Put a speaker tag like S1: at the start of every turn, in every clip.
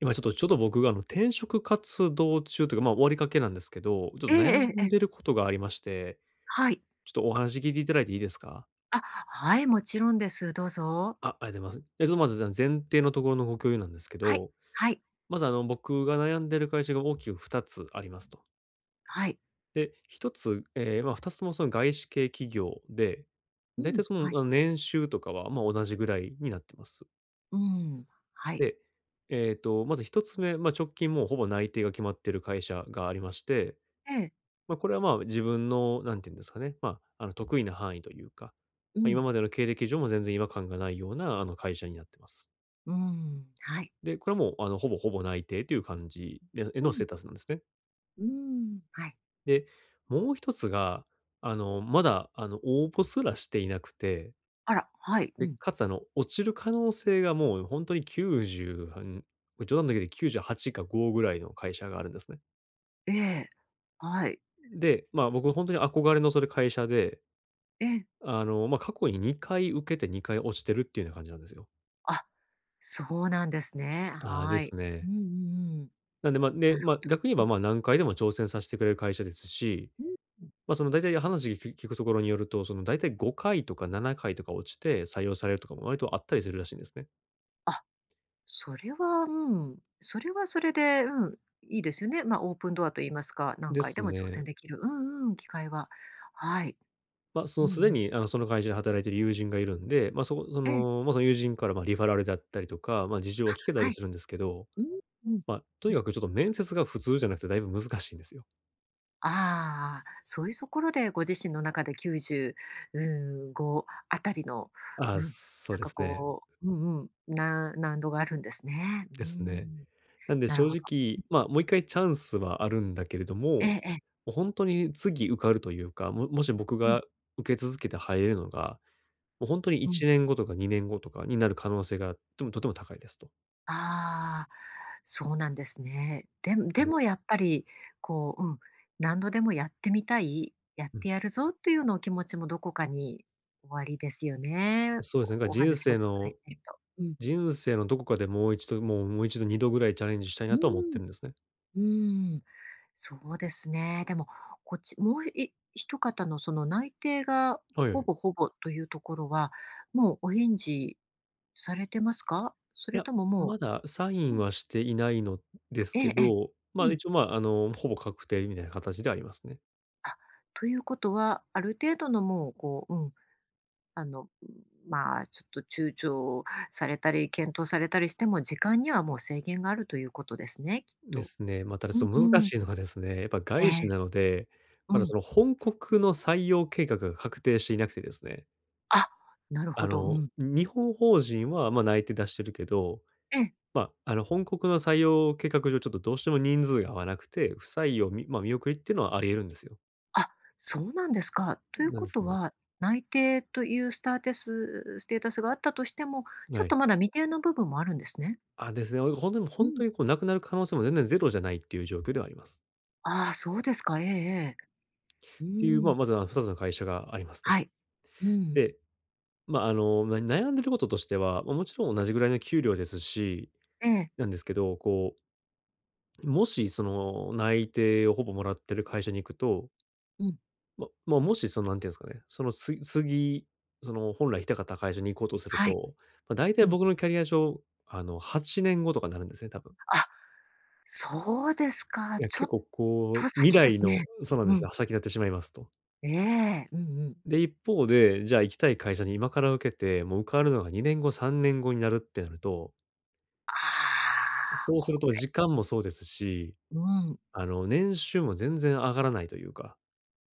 S1: 今ちょっと僕が転職活動中というか、終わりかけなんですけど、ちょっと
S2: ええ
S1: 悩
S2: ええ
S1: ん
S2: え
S1: で
S2: え、
S1: ることがありまして、
S2: はい。
S1: ちょっとお話聞いていただいていいですか？
S2: あ、はい、もちろんです。どうぞ。
S1: あ、ありがとうございます。まずじゃ前提のところのご共有なんですけ
S2: はい、
S1: ど、
S2: はい、
S1: まず僕が悩んでる会社が大きく2つありますと。
S2: はい。
S1: で、1つ、2つともその外資系企業で、
S2: う
S1: だいた
S2: ん、
S1: い
S2: はい。
S1: 年収とかは、同じぐらいになってます。
S2: うん、はい。
S1: で、まず1つ目、直近もうほぼ内定が決まってる会社がありまして、
S2: ええ、
S1: これは、自分の何て言うんですかね、得意な範囲というか、
S2: う
S1: 今
S2: ん、
S1: までの経歴上も全然違和感がないような、会社になってます。
S2: うん、はい。
S1: で、これはもう、ほぼほぼ内定という感じでへ
S2: う
S1: のステ
S2: ん、
S1: ータスなんですね。
S2: うん、はい。
S1: で、もう一つが、まだ、応募すらしていなくて、
S2: あら、はい、う
S1: で、
S2: ん。
S1: かつ、落ちる可能性がもう本当に90はんこれ冗談抜き8か5ぐらいの会社があるんですね。
S2: ええ、はい。
S1: で、僕本当に憧れのそれ会社で
S2: ええ。
S1: 過去に2回受けて2回落ちてるっていうような感じなんですよ。
S2: あ、そうなんですね。
S1: ああ、で
S2: は
S1: す
S2: い。うんう
S1: ね。
S2: んうん。
S1: なんで、
S2: なるほ
S1: 逆に言え
S2: ど、
S1: ば、何回でも挑戦させてくれる会社ですし、
S2: うん。
S1: その大体話聞くところによると、その大体5回とか7回とか落ちて採用されるとかも割とあったりするらしいんですね。
S2: あ、それは、うん、それはそれで、うん、いいですよね。オープンドアと言いますか、何
S1: で
S2: 回
S1: す
S2: でも挑
S1: ね。
S2: 戦できる、機会は。はい。
S1: そ
S2: う
S1: の
S2: んう
S1: すで
S2: ん。
S1: にその会社で働いている友人がいるんで、
S2: ええ。
S1: その友人から、リファラルだったりとか、事情は聞けたり
S2: はい。
S1: するんですけど、
S2: うん、うん。
S1: とにかくちょっと面接が普通じゃなくてだいぶ難しいんですよ。
S2: ああ、そういうところでご自身の中で95あたりの、
S1: あ
S2: う
S1: あ、
S2: ん、な
S1: そう
S2: ん
S1: で
S2: か
S1: すね。
S2: こう、うんうん、難度があるんですね。う
S1: ですね。
S2: ん、
S1: なんで
S2: なる
S1: 正
S2: ほど。
S1: 直、もう1回チャンスはあるんだけれども、
S2: ええ
S1: も
S2: ええ。
S1: う本当に次受かるというか、もし僕
S2: うん
S1: が受け続けて入れるのが、もう本当に
S2: うん。
S1: 1年後とか2年後とかになる可能性がとてもとても高いですと。
S2: ああ、そうなんですね。で
S1: で
S2: も
S1: す
S2: で
S1: ね。
S2: もやっぱり、こう、うん、何度でもやってみたい、やっ
S1: う
S2: て
S1: ん。
S2: やるぞっていうようなお気持ちもどこかにおありですよね。
S1: そうですね、だから
S2: おお話をお伺いしてると。うん。
S1: 人生のどこかでもう一度2度ぐらいチャレンジしたい
S2: う
S1: なとは思って
S2: ん、
S1: るんですね。
S2: うん。そうですね。でも、こっちも一方のその内定が
S1: はいは
S2: ほ
S1: い。
S2: ぼほぼというところは、もうお返事されてますか？そ
S1: い
S2: れ
S1: や、
S2: ともも
S1: まだサイ
S2: う、
S1: ン
S2: うん、
S1: はしていないのです
S2: え
S1: け
S2: えええ。
S1: ど、
S2: うん。
S1: 一応、ほぼ確定みたいな形ではありますね。
S2: あ、ということは、ある程度のもうこう、うん、あの、まあ、ちょっと躊躇されたり、検討されたりしても、時間にはもう制限があるということですね、きっ
S1: で
S2: と。
S1: すね。ただ、
S2: う
S1: そ
S2: ん
S1: の難
S2: う
S1: し
S2: ん。
S1: いのがですね、やっぱ
S2: え
S1: 外資
S2: え、
S1: なので、ま
S2: う
S1: だ
S2: ん。
S1: その本国の採用計画が確定していなくてですね。
S2: あ、なるほど、うん。
S1: 日本法人は、内定出してるけど、
S2: え。
S1: 本国の採用計画上、ちょっとどうしても人数が合わなくて、不採用、みまあ、見送りっていうのはあり得るんですよ。
S2: あ、そうなんですか。という
S1: なん
S2: こ
S1: です
S2: と
S1: ね。
S2: は、内定というステータスがあったとしても、ちょ
S1: は
S2: っ
S1: い。
S2: とまだ未定の部分もあるんですね。
S1: あ、ですね、本当に
S2: う
S1: 本
S2: ん。
S1: 当にこう、なくなる可能性も全然ゼロじゃないっていう状況ではあります。
S2: ああ、そうですか。ええええ。うー
S1: っていう、
S2: ん。
S1: まずは2つの会社がありますと。
S2: はい。うん。
S1: で悩んでることとしては、もちろん同じぐらいの給料ですし、
S2: ええ。
S1: なんですけど、こう、もしその内定をほぼもらってる会社に行くと、
S2: うん。
S1: もしその、なんていうんですかね、そのつ次、その本来行きたかった会社に行こうとする
S2: はい。
S1: と、大体
S2: うん。
S1: 僕のキャリア上、8年後とかになるんですね、多分。
S2: あ、そうですか。
S1: いや、
S2: ちょ
S1: 結
S2: っ
S1: 構こ
S2: と
S1: う、未
S2: 先で
S1: 来
S2: す
S1: の
S2: ね。
S1: そうなん
S2: う
S1: です
S2: ん。
S1: よ、先になってしまいますと。
S2: ええ。うんうん。
S1: で、一方で、じゃあ行きたい会社に今から受けて、もう受かるのが2年後、3年後になるってなると、
S2: ああ、
S1: そうする
S2: こ
S1: と時間もそうですし、
S2: うん。
S1: 年収も全然上がらないというか、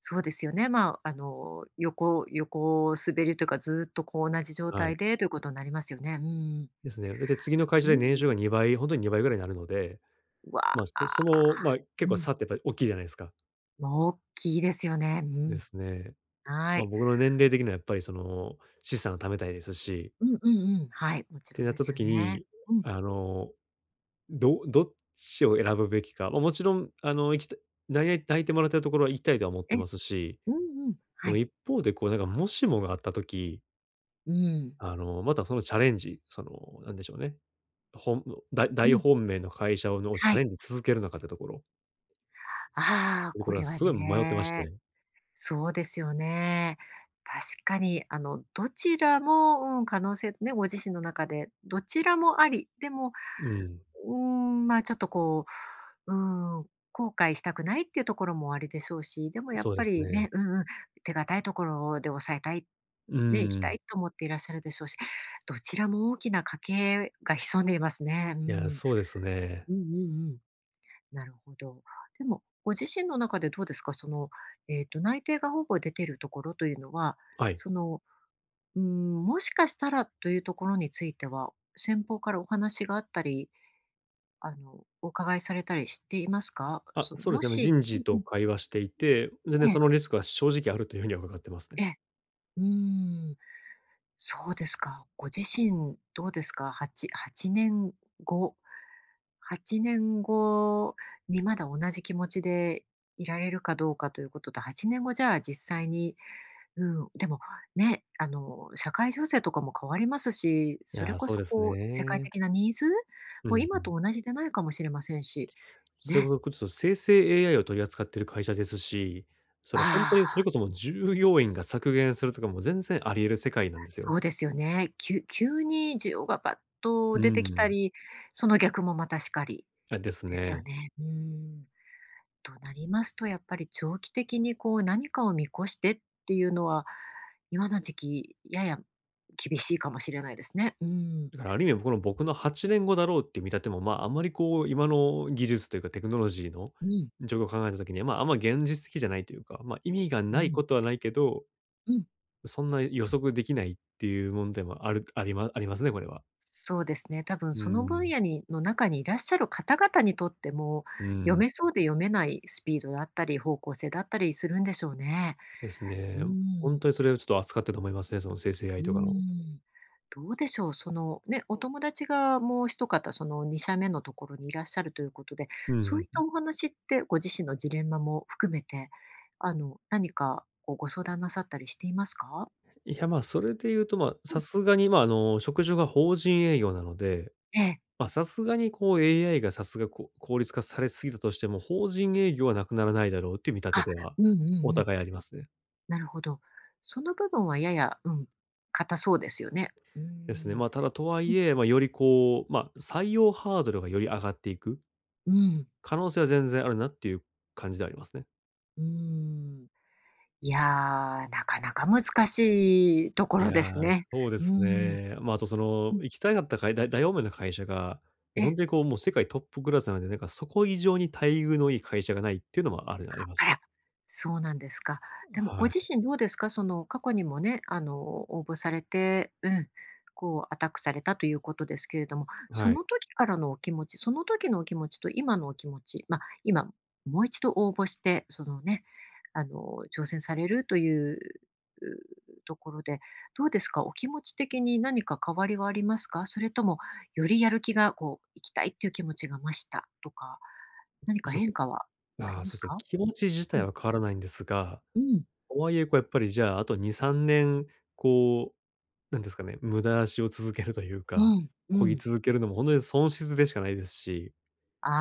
S2: そうですよね。まあ、あの、横滑りというか、ずっとこう同じ状
S1: はい。
S2: 態でということになりますよね。うん。
S1: ですね。次の会社
S2: う
S1: で
S2: ん。
S1: 年収が2倍、本当に2倍ぐらいになるので、
S2: うわあ。う
S1: 結構
S2: ん。
S1: 差ってやっぱり大きいじゃないですか。
S2: ま、大きいですよね。う
S1: で
S2: ん。
S1: すね。
S2: はい。
S1: 僕の年齢的にはやっぱりその、資産を貯めたいですし、
S2: うんうんうん。はい、
S1: っ
S2: もち
S1: て
S2: ろん
S1: なっ
S2: で
S1: た
S2: すよ
S1: 時
S2: ね。
S1: に、
S2: うん。
S1: あの、どっちを選ぶべきか、もちろんあの、行きた泣い泣いてもらってるところは行きたいとは思っ
S2: え、
S1: てますし、
S2: うんうん。
S1: で
S2: は
S1: も
S2: い。
S1: 一方でこうなんかもしもがあった時、
S2: うん。
S1: またそのチャレンジ、その、なんでしょうね、ほん大
S2: う
S1: 大
S2: ん。
S1: 本命の会社をのチ
S2: は
S1: ャ
S2: い。
S1: レンジ続けるのかってところ、
S2: ああ、
S1: こ
S2: こ
S1: れは
S2: れは
S1: すごい迷ってまし
S2: ね、
S1: て。
S2: そうですよね。確かに、あの、どちらも、うん、可能性ね、ご自身の中でどちらもあり、でも
S1: うん、
S2: うーん、まあ、ちょっとこう、うーん、後悔したくないっていうところもあれでしょうし、でもやっ
S1: そうで
S2: ぱ
S1: す
S2: りね、
S1: ね。
S2: うんうん、手堅いところで抑えたい、
S1: うー
S2: ね、行きた
S1: ん。
S2: いと思っていらっしゃるでしょうし、どちらも大きな家計が潜んでいますね。う
S1: いや、
S2: ん。
S1: そうですね。
S2: うんうんうん。なるほど。でも、ご自身の中でどうですか、その、えっと、内定がほぼ出てるところというのは、
S1: はい。
S2: その、うん、もしかしたらというところについては、先方からお話があったり、あの、お伺いされたりしていますか？
S1: あ、
S2: その、
S1: そうで
S2: も
S1: すね、
S2: し、
S1: 人
S2: う
S1: 事
S2: んう
S1: と
S2: ん。
S1: 会話していて、全
S2: え
S1: 然そ
S2: え、
S1: のリスクは正直あるというふうには伺ってます
S2: え
S1: ね。
S2: え。うーん、そうですか。ご自身どうですか？8年後、8年後にまだ同じ気持ちでいられるかどうかということと、8年後じゃあ実際に、うん、でも、ね、あの、社会情勢とかも変わりますし、
S1: い
S2: それ
S1: や、
S2: こ
S1: そう
S2: そ
S1: です
S2: こう、世界
S1: ね。
S2: 的なニーズ
S1: う
S2: も今
S1: ん。
S2: と同じでないかもしれませんし、
S1: それこ
S2: ね。
S1: そ、ちょっと生成 AI を取り扱ってる会社ですし、その、ほんと
S2: あ
S1: に
S2: あ。
S1: それこそもう従業員が削減するとかも全然あり得る世界なんです
S2: そ
S1: よ。
S2: うですよね。急に需要がバッ
S1: う
S2: と
S1: ー
S2: 出てきた
S1: ん。
S2: り、その逆もまたしかり
S1: あ、です
S2: ですよ
S1: ね。
S2: ね。うん。となりますと、やっぱり長期的にこう何かを見越してっていうのは、今の時期やや厳しいかもしれないですね。うん。
S1: だからある意味、この僕の8年後だろうっていう見立ても、あんまりこう、今の技術というかテクノロジーの
S2: うん。
S1: 状況を考えた時に、あんま現実的じゃないというか、意味が
S2: う
S1: ない
S2: ん。
S1: ことはないけど、
S2: うん。
S1: そんな予測できないっていう問題もあるありまありますね、これは。
S2: そうですね。多分
S1: うー
S2: その分
S1: ん。
S2: 野にの中にいらっしゃる方々にとっても、
S1: うー
S2: 読
S1: ん。
S2: めそうで読めないスピードだったり、方向性だったりするんでしょうね。
S1: です
S2: う
S1: ね。ほん
S2: ん。
S1: とにそれをちょっと扱ってると思いますね、その生成 AI
S2: うー
S1: とかの。
S2: ん。どうでしょう、そのね、お友達がもう一方、その2社目のところにいらっしゃるということで、
S1: う
S2: そうい
S1: ん
S2: っ
S1: う
S2: た
S1: ん。
S2: お話ってご自身のジレンマも含めて、あの、何かこうご相談なさったりしていますか？
S1: いや、それで言うと、
S2: う
S1: さ
S2: ん、
S1: すがに、職種が法人営業なので、
S2: ええ。
S1: さすがにこう AI がさすがこう効率化されすぎたとしても、法人営業はなくならないだろうっていう見立
S2: あ、
S1: てでは、
S2: うんうん
S1: お
S2: うん。
S1: 互いありますね。
S2: なるほど。その部分はやや、うん、硬そうですよね。うー
S1: ですね。
S2: ん。
S1: ただとは
S2: う
S1: い
S2: ん。
S1: え、よりこう、採用ハードルがより上がっていく
S2: うん。
S1: 可能性は全然あるなっていう感じではありますね。
S2: ーん。いや、なかなか難しいとこ
S1: い
S2: ろです
S1: やー、
S2: ね。
S1: そうで
S2: うー
S1: す
S2: ん。
S1: ね。あとそ
S2: う
S1: の、
S2: ん。
S1: 行きたかった大本命の会社が、も
S2: え
S1: う本
S2: え。
S1: 当にこう、もう世界トップクラスなので、なんかそこ以上に待遇のいい会社がないっていうのもあります
S2: あ
S1: ね。
S2: ら、そうなんですか。でもご
S1: は
S2: 自
S1: い。
S2: 身どうですか？その過去にもね、あの、応募されて、うん、こうアタックされたということですけれども、そ
S1: はい。
S2: の時からのお気持ち、その時のお気持ちと今のお気持ち、まあ、今もう一度応募して、そのね、あの、挑戦されるという、ところで、どうですか？お気持ち的に何か変わりはありますか？それともよりやる気がこう行きたいっていう気持ちが増したとか、何か
S1: そうです
S2: 変
S1: ね。
S2: 化はあ
S1: あ
S2: り
S1: あ、
S2: ま
S1: そうで
S2: す
S1: すね、
S2: か？
S1: 気持ち自
S2: う
S1: 体
S2: ん。
S1: は変わらないんですが、
S2: うん、
S1: とはいえ、こうやっぱりじゃあ、あと2、3年、こう、なんですかね、無駄足を続けるという
S2: う
S1: か、
S2: ん、う
S1: 漕ぎ
S2: ん。
S1: 続けるのも本当に損失でしかないですし、
S2: あ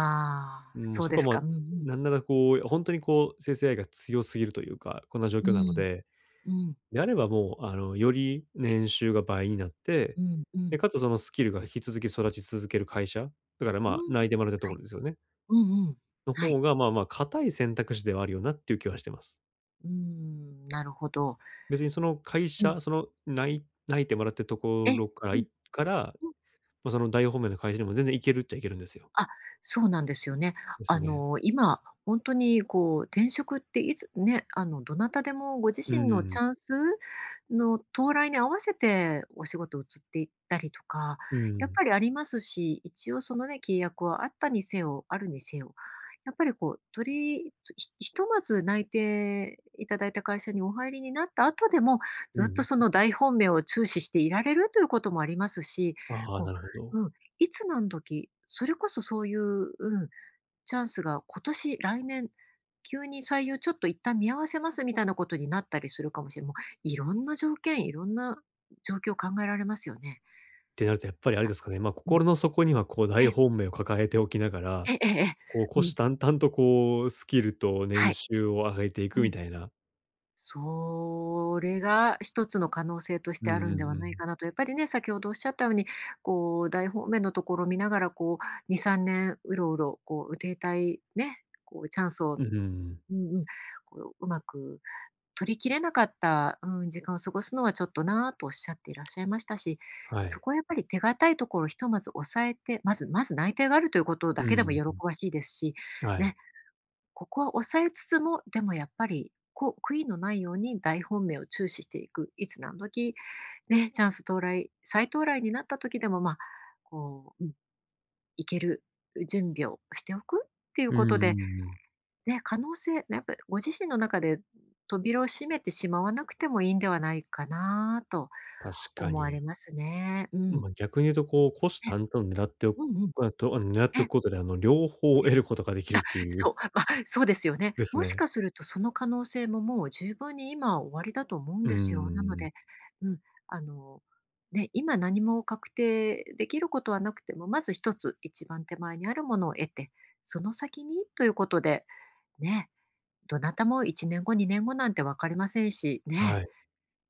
S2: あ、
S1: うん、もう
S2: そう
S1: そ
S2: で
S1: こ
S2: す
S1: は、
S2: か。うんうん。
S1: なんならこう、本当にこう、生成 a が強すぎるというか、こんな状
S2: う
S1: 況なの
S2: ん、
S1: で
S2: うん、
S1: であればもう、より年収が倍になって、
S2: うん、う
S1: で、
S2: ん。
S1: かつそのスキルが引き続き育ち続ける会社、だから
S2: うん。
S1: 内定もらったと
S2: は
S1: こ
S2: い。
S1: ろですよね、
S2: うんうん。
S1: の
S2: は
S1: 方
S2: い。
S1: が、固い選択肢ではあるよなっていう気はしてます。
S2: うーん、なるほど。
S1: 別にその会
S2: うん。
S1: 社、そのない内定もらってるとこ
S2: え、うん、
S1: ろから
S2: うん。
S1: いから、その大本命の会社にも全然行けるっちゃ行けるんですよ。
S2: あ、そうなんですよね。
S1: です
S2: あ
S1: ね。
S2: の、今、本当にこう、転職っていつね、あの、どなたでもご自
S1: う
S2: 身のチ
S1: ん、
S2: ャンスの到来に合わせてお仕事移っていったりとか、
S1: う
S2: やっ
S1: ん、
S2: ぱりありますし、一応そのね、契約はあったにせよ、あるにせよ、やっぱりこう、とりひひとまず内定いただいた会社にお入りになった後でも、
S1: う
S2: ずっと
S1: ん。
S2: その大本命を注視していられるということもありますし、
S1: ああ、
S2: こ
S1: なるほ
S2: う、
S1: ど。
S2: うん。いつ何時、それこそそういう、うん、チャンスが今年、来年、急に採用ちょっと一旦見合わせますみたいなことになったりするかもしれない、もういろんな条件、いろんな状況考えられますよね。
S1: ってなるとやっぱりあれ
S2: あ、
S1: ですかね、
S2: うん。
S1: 心の底にはこう大
S2: え、
S1: 本命を抱えておきながら、
S2: えええええ。
S1: こう、虎
S2: う
S1: 視
S2: ん、
S1: 眈々とこう、スキルと
S2: は
S1: 年
S2: い。
S1: 収を上げていく
S2: う
S1: み
S2: ん。
S1: たいな。
S2: それが一つの可能性とし
S1: うん
S2: てある
S1: う
S2: んで
S1: ん
S2: は
S1: う
S2: ない
S1: ん。
S2: かなと。やっぱりね、先ほどおっしゃったように、こう大方面のところを見ながら、こう2、3年うろうろ、こう停滞ね、こうチャンスを、
S1: うんうん
S2: うんうん。こう、うまく取り切れなかった、うん、時間を過ごすのはちょっとなぁとおっしゃっていらっしゃいましたし、
S1: は
S2: そ
S1: い。
S2: こはやっぱり手堅いところをひとまず抑えて、まずまず内定があるということ
S1: う
S2: だ
S1: ん
S2: け
S1: う
S2: でも喜
S1: んうん。
S2: ばしいですし、
S1: はい。
S2: ね、ここは抑えつつも、でもやっぱり、こう悔いのないように大本命を注視していく、いつ何時、ね、チャンス到来、再到来になった時でも、まあ、こう、うん、いける準備をしておくっていう
S1: う
S2: こと
S1: んう
S2: で、
S1: んうん。
S2: ね、可能性、ねやっぱりご自身の中で扉を閉めてしまわなくてもいいんではないかなと
S1: 確か
S2: 思われ
S1: に。
S2: ますね。うん。
S1: 逆に言うとこう、虎視
S2: え、
S1: 眈々狙ってお
S2: う
S1: く、
S2: んうん。
S1: あと、狙ってお
S2: え、
S1: くことで、両方を得ることができるってい
S2: そ
S1: う
S2: う、まあ、そうですよね。
S1: です
S2: もし
S1: ね。
S2: かするとその可能性ももう十分に今終わりだと思うん
S1: うんう
S2: ですよ。なので、
S1: ん。
S2: うん、あの、ね、今何も確定できることはなくても、まず一つ、一番手前にあるものを得て、その先にということで、ね、どなたも1年後、2年後なんて分かりませんし、
S1: は
S2: ね。
S1: い。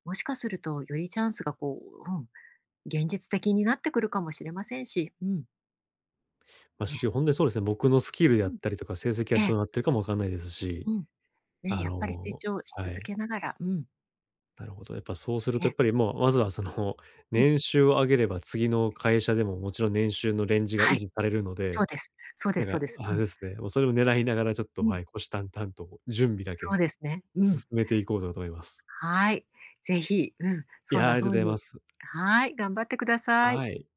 S2: もしかするとよりチャンスがこう、うん、現実的になってくるかもしれませんし、うん、ね、
S1: 正直ほんとにそうですね、僕のスキルであ
S2: う
S1: っ
S2: ん、
S1: たりとか、成績が
S2: ええ、
S1: どうなってるかもわかんないですし、
S2: うん、ね、
S1: あ
S2: やっぱり成
S1: の
S2: 長し
S1: は
S2: 続
S1: い。
S2: けながら、うん、
S1: なるほど。やっぱそうするとやっ
S2: ね、
S1: ぱり、もう、まずはその、
S2: うん、
S1: 年収を上げれば次の会社でももちろん年収のレンジが
S2: は
S1: 維
S2: い、
S1: 持されるの
S2: そう
S1: で、
S2: です。そうで
S1: なん
S2: すそう
S1: か、
S2: です。
S1: あ
S2: う
S1: れ
S2: ん、
S1: ですね、もうそれを狙いながらちょっと、
S2: うん、
S1: はい、虎視眈々と準備だ
S2: そ
S1: け
S2: うですね。うん、
S1: 進めていこうと思います。
S2: はい。ぜひ、うん、
S1: い
S2: そん
S1: や、あ
S2: な
S1: りがとうご
S2: 風
S1: ざいま
S2: に
S1: す。
S2: はい、頑張ってください。
S1: はい。